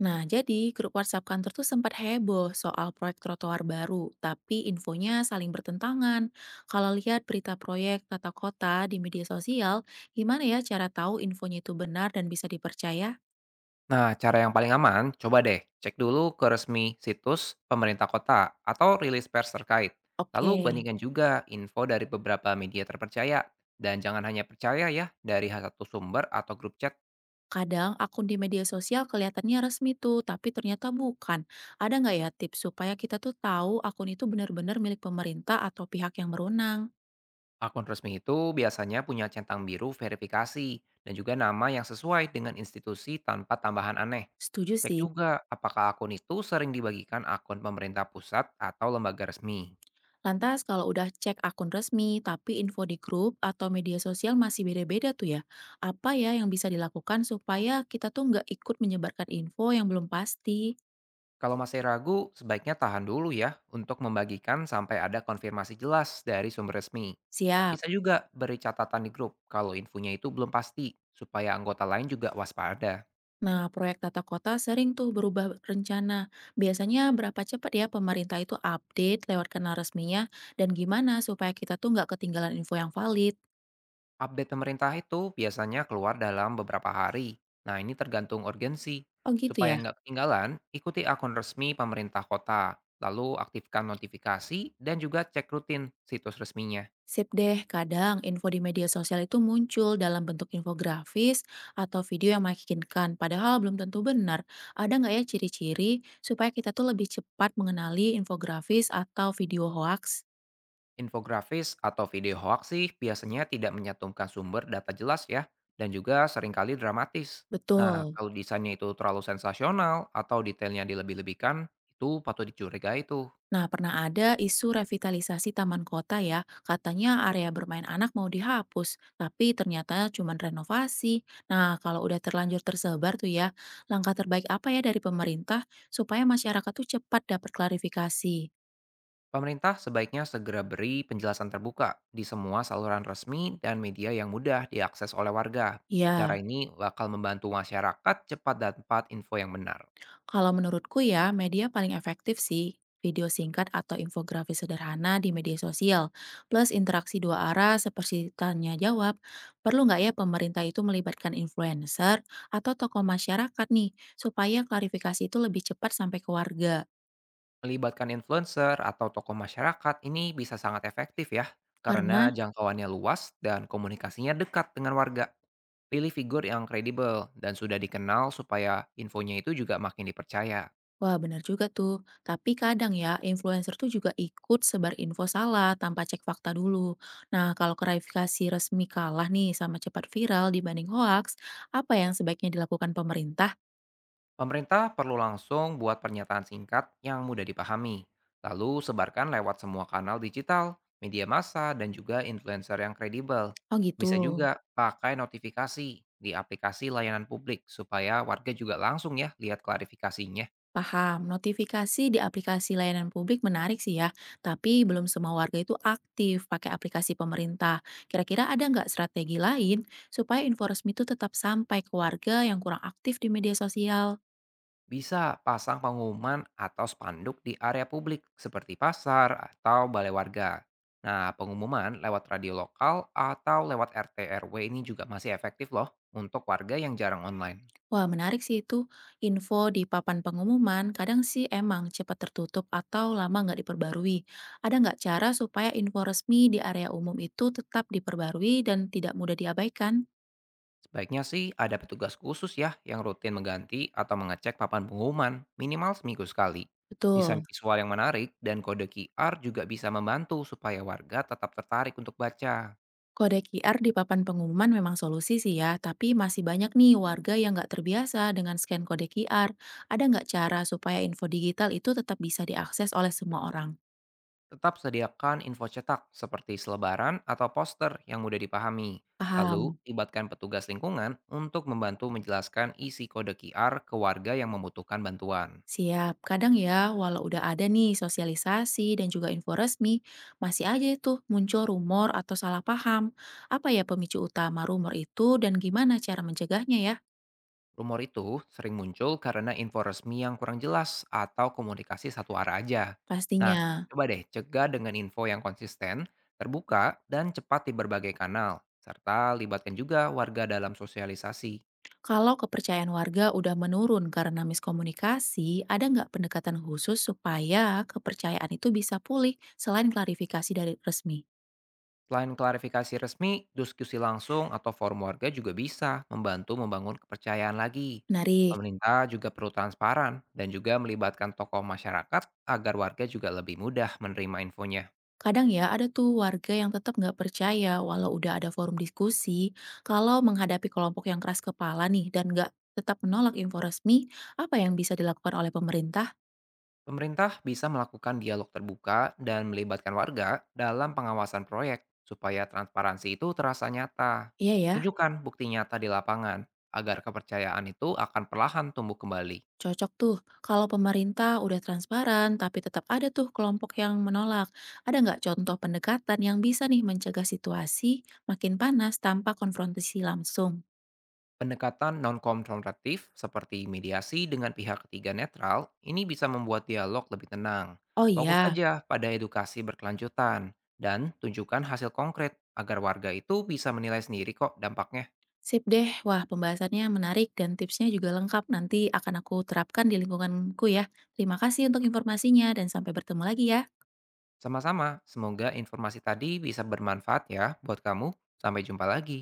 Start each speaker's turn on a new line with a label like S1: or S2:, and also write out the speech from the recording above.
S1: Nah, jadi grup WhatsApp kantor tuh sempat heboh soal proyek trotoar baru, tapi infonya saling bertentangan. Kalau lihat berita proyek tata kota di media sosial, gimana ya cara tahu infonya itu benar dan bisa dipercaya?
S2: Nah, cara yang paling aman, coba deh cek dulu ke resmi situs pemerintah kota atau rilis pers terkait. Lalu
S1: Oke,
S2: bandingkan juga info dari beberapa media terpercaya. Dan jangan hanya percaya ya dari satu sumber atau grup chat.
S1: kadang akun di media sosial kelihatannya resmi tuh, tapi ternyata bukan. Ada nggak ya tips supaya kita tuh tahu akun itu benar-benar milik pemerintah atau pihak yang berwenang?
S2: Akun resmi itu biasanya punya centang biru verifikasi dan juga nama yang sesuai dengan institusi tanpa tambahan aneh.
S1: Setuju
S2: Cek
S1: sih.
S2: juga apakah akun itu sering dibagikan akun pemerintah pusat atau lembaga resmi.
S1: Lantas kalau udah cek akun resmi, tapi info di grup atau media sosial masih beda-beda tuh ya. Apa ya yang bisa dilakukan supaya kita tuh nggak ikut menyebarkan info yang belum pasti?
S2: Kalau masih ragu, sebaiknya tahan dulu ya untuk membagikan sampai ada konfirmasi jelas dari sumber resmi.
S1: Siap.
S2: Bisa juga beri catatan di grup kalau infonya itu belum pasti, supaya anggota lain juga waspada.
S1: Nah, proyek tata kota sering tuh berubah rencana. Biasanya berapa cepat ya pemerintah itu update lewat kanal resminya dan gimana supaya kita tuh nggak ketinggalan info yang valid?
S2: Update pemerintah itu biasanya keluar dalam beberapa hari. Nah ini tergantung urgensi.
S1: Oh gitu
S2: Supaya
S1: ya.
S2: nggak ketinggalan, ikuti akun resmi pemerintah kota, lalu aktifkan notifikasi dan juga cek rutin situs resminya.
S1: Sip deh, kadang info di media sosial itu muncul dalam bentuk infografis atau video yang meyakinkan, padahal belum tentu benar. Ada nggak ya ciri-ciri supaya kita tuh lebih cepat mengenali infografis atau video hoax?
S2: Infografis atau video hoax sih biasanya tidak menyantumkan sumber data jelas ya, dan juga seringkali dramatis. Nah,
S1: Betul.
S2: kalau desainnya itu terlalu sensasional atau detailnya dilebih-lebihkan, itu patut dicurigai tuh.
S1: Nah, pernah ada isu revitalisasi taman kota ya. Katanya area bermain anak mau dihapus, tapi ternyata cuma renovasi. Nah, kalau udah terlanjur tersebar tuh ya, langkah terbaik apa ya dari pemerintah supaya masyarakat tuh cepat dapat klarifikasi?
S2: Pemerintah sebaiknya segera beri penjelasan terbuka di semua saluran resmi dan media yang mudah diakses oleh warga.
S1: Ya,
S2: Cara ini bakal membantu masyarakat cepat dapat info yang benar.
S1: kalau menurutku ya, media paling efektif sih video singkat atau infografis sederhana di media sosial, plus interaksi dua arah seperti tanya jawab. Perlu nggak ya pemerintah itu melibatkan influencer atau tokoh masyarakat nih, supaya klarifikasi itu lebih cepat sampai ke warga?
S2: Melibatkan influencer atau tokoh masyarakat ini bisa sangat efektif ya,
S1: Karena
S2: karena jangkauannya luas dan komunikasinya dekat dengan warga. Pilih figur yang kredibel dan sudah dikenal supaya infonya itu juga makin dipercaya.
S1: wah, benar juga tuh. Tapi kadang ya, influencer tuh juga ikut sebar info salah tanpa cek fakta dulu. Nah, kalau klarifikasi resmi kalah nih sama cepat viral dibanding hoaks, apa yang sebaiknya dilakukan pemerintah?
S2: Pemerintah perlu langsung buat pernyataan singkat yang mudah dipahami, lalu sebarkan lewat semua kanal digital, media massa, dan juga influencer yang kredibel.
S1: Oh gitu.
S2: Bisa juga pakai notifikasi di aplikasi layanan publik supaya warga juga langsung ya lihat klarifikasinya.
S1: Paham, notifikasi di aplikasi layanan publik menarik sih ya, tapi belum semua warga itu aktif pakai aplikasi pemerintah. Kira-kira ada nggak strategi lain supaya info resmi itu tetap sampai ke warga yang kurang aktif di media sosial?
S2: Bisa pasang pengumuman atau spanduk di area publik seperti pasar atau balai warga. Nah, pengumuman lewat radio lokal atau lewat RT RW ini juga masih efektif loh untuk warga yang jarang online.
S1: Wah, menarik sih itu. Info di papan pengumuman kadang sih emang cepat tertutup atau lama nggak diperbarui. Ada nggak cara supaya info resmi di area umum itu tetap diperbarui dan tidak mudah diabaikan?
S2: Sebaiknya sih ada petugas khusus ya yang rutin mengganti atau mengecek papan pengumuman minimal seminggu sekali. Desain
S1: Betul.
S2: visual yang menarik dan kode QR juga bisa membantu supaya warga tetap tertarik untuk baca.
S1: Kode QR di papan pengumuman memang solusi sih ya, tapi masih banyak nih warga yang nggak terbiasa dengan scan kode QR. Ada nggak cara supaya info digital itu tetap bisa diakses oleh semua orang?
S2: Tetap sediakan info cetak seperti selebaran atau poster yang mudah dipahami. Lalu,
S1: Paham.
S2: libatkan petugas lingkungan untuk membantu menjelaskan isi kode QR ke warga yang membutuhkan bantuan.
S1: Siap, kadang ya, walau udah ada nih sosialisasi dan juga info resmi, masih aja tuh muncul rumor atau salah paham. Apa ya pemicu utama rumor itu dan gimana cara mencegahnya ya?
S2: Rumor itu sering muncul karena info resmi yang kurang jelas atau komunikasi satu arah aja. Nah,
S1: Pastinya,
S2: coba deh cegah dengan info yang konsisten, terbuka, dan cepat di berbagai kanal, serta libatkan juga warga dalam sosialisasi.
S1: kalau kepercayaan warga udah menurun karena miskomunikasi, ada nggak pendekatan khusus supaya kepercayaan itu bisa pulih selain klarifikasi dari resmi?
S2: Selain klarifikasi resmi, diskusi langsung atau forum warga juga bisa membantu membangun kepercayaan lagi.
S1: Menarik.
S2: Pemerintah juga perlu transparan dan juga melibatkan tokoh masyarakat agar warga juga lebih mudah menerima infonya.
S1: Kadang ya, ada tuh warga yang tetap nggak percaya walau udah ada forum diskusi, kalau menghadapi kelompok yang keras kepala nih dan nggak tetap menolak info resmi, apa yang bisa dilakukan oleh pemerintah?
S2: Pemerintah bisa melakukan dialog terbuka dan melibatkan warga dalam pengawasan proyek supaya transparansi itu terasa nyata.
S1: Iya ya,
S2: Tunjukkan bukti nyata di lapangan agar kepercayaan itu akan perlahan tumbuh kembali.
S1: cocok tuh. Kalau pemerintah udah transparan, tapi tetap ada tuh kelompok yang menolak. Ada nggak contoh pendekatan yang bisa nih mencegah situasi makin panas tanpa konfrontasi langsung?
S2: Pendekatan non-konfrontatif seperti mediasi dengan pihak ketiga netral ini bisa membuat dialog lebih tenang.
S1: Oh
S2: Fokus
S1: iya,
S2: aja pada edukasi berkelanjutan dan tunjukkan hasil konkret agar warga itu bisa menilai sendiri kok dampaknya.
S1: sip deh, wah pembahasannya menarik dan tipsnya juga lengkap. Nanti akan aku terapkan di lingkunganku ya. Terima kasih untuk informasinya dan sampai bertemu lagi ya.
S2: Sama-sama, semoga informasi tadi bisa bermanfaat ya buat kamu. Sampai jumpa lagi.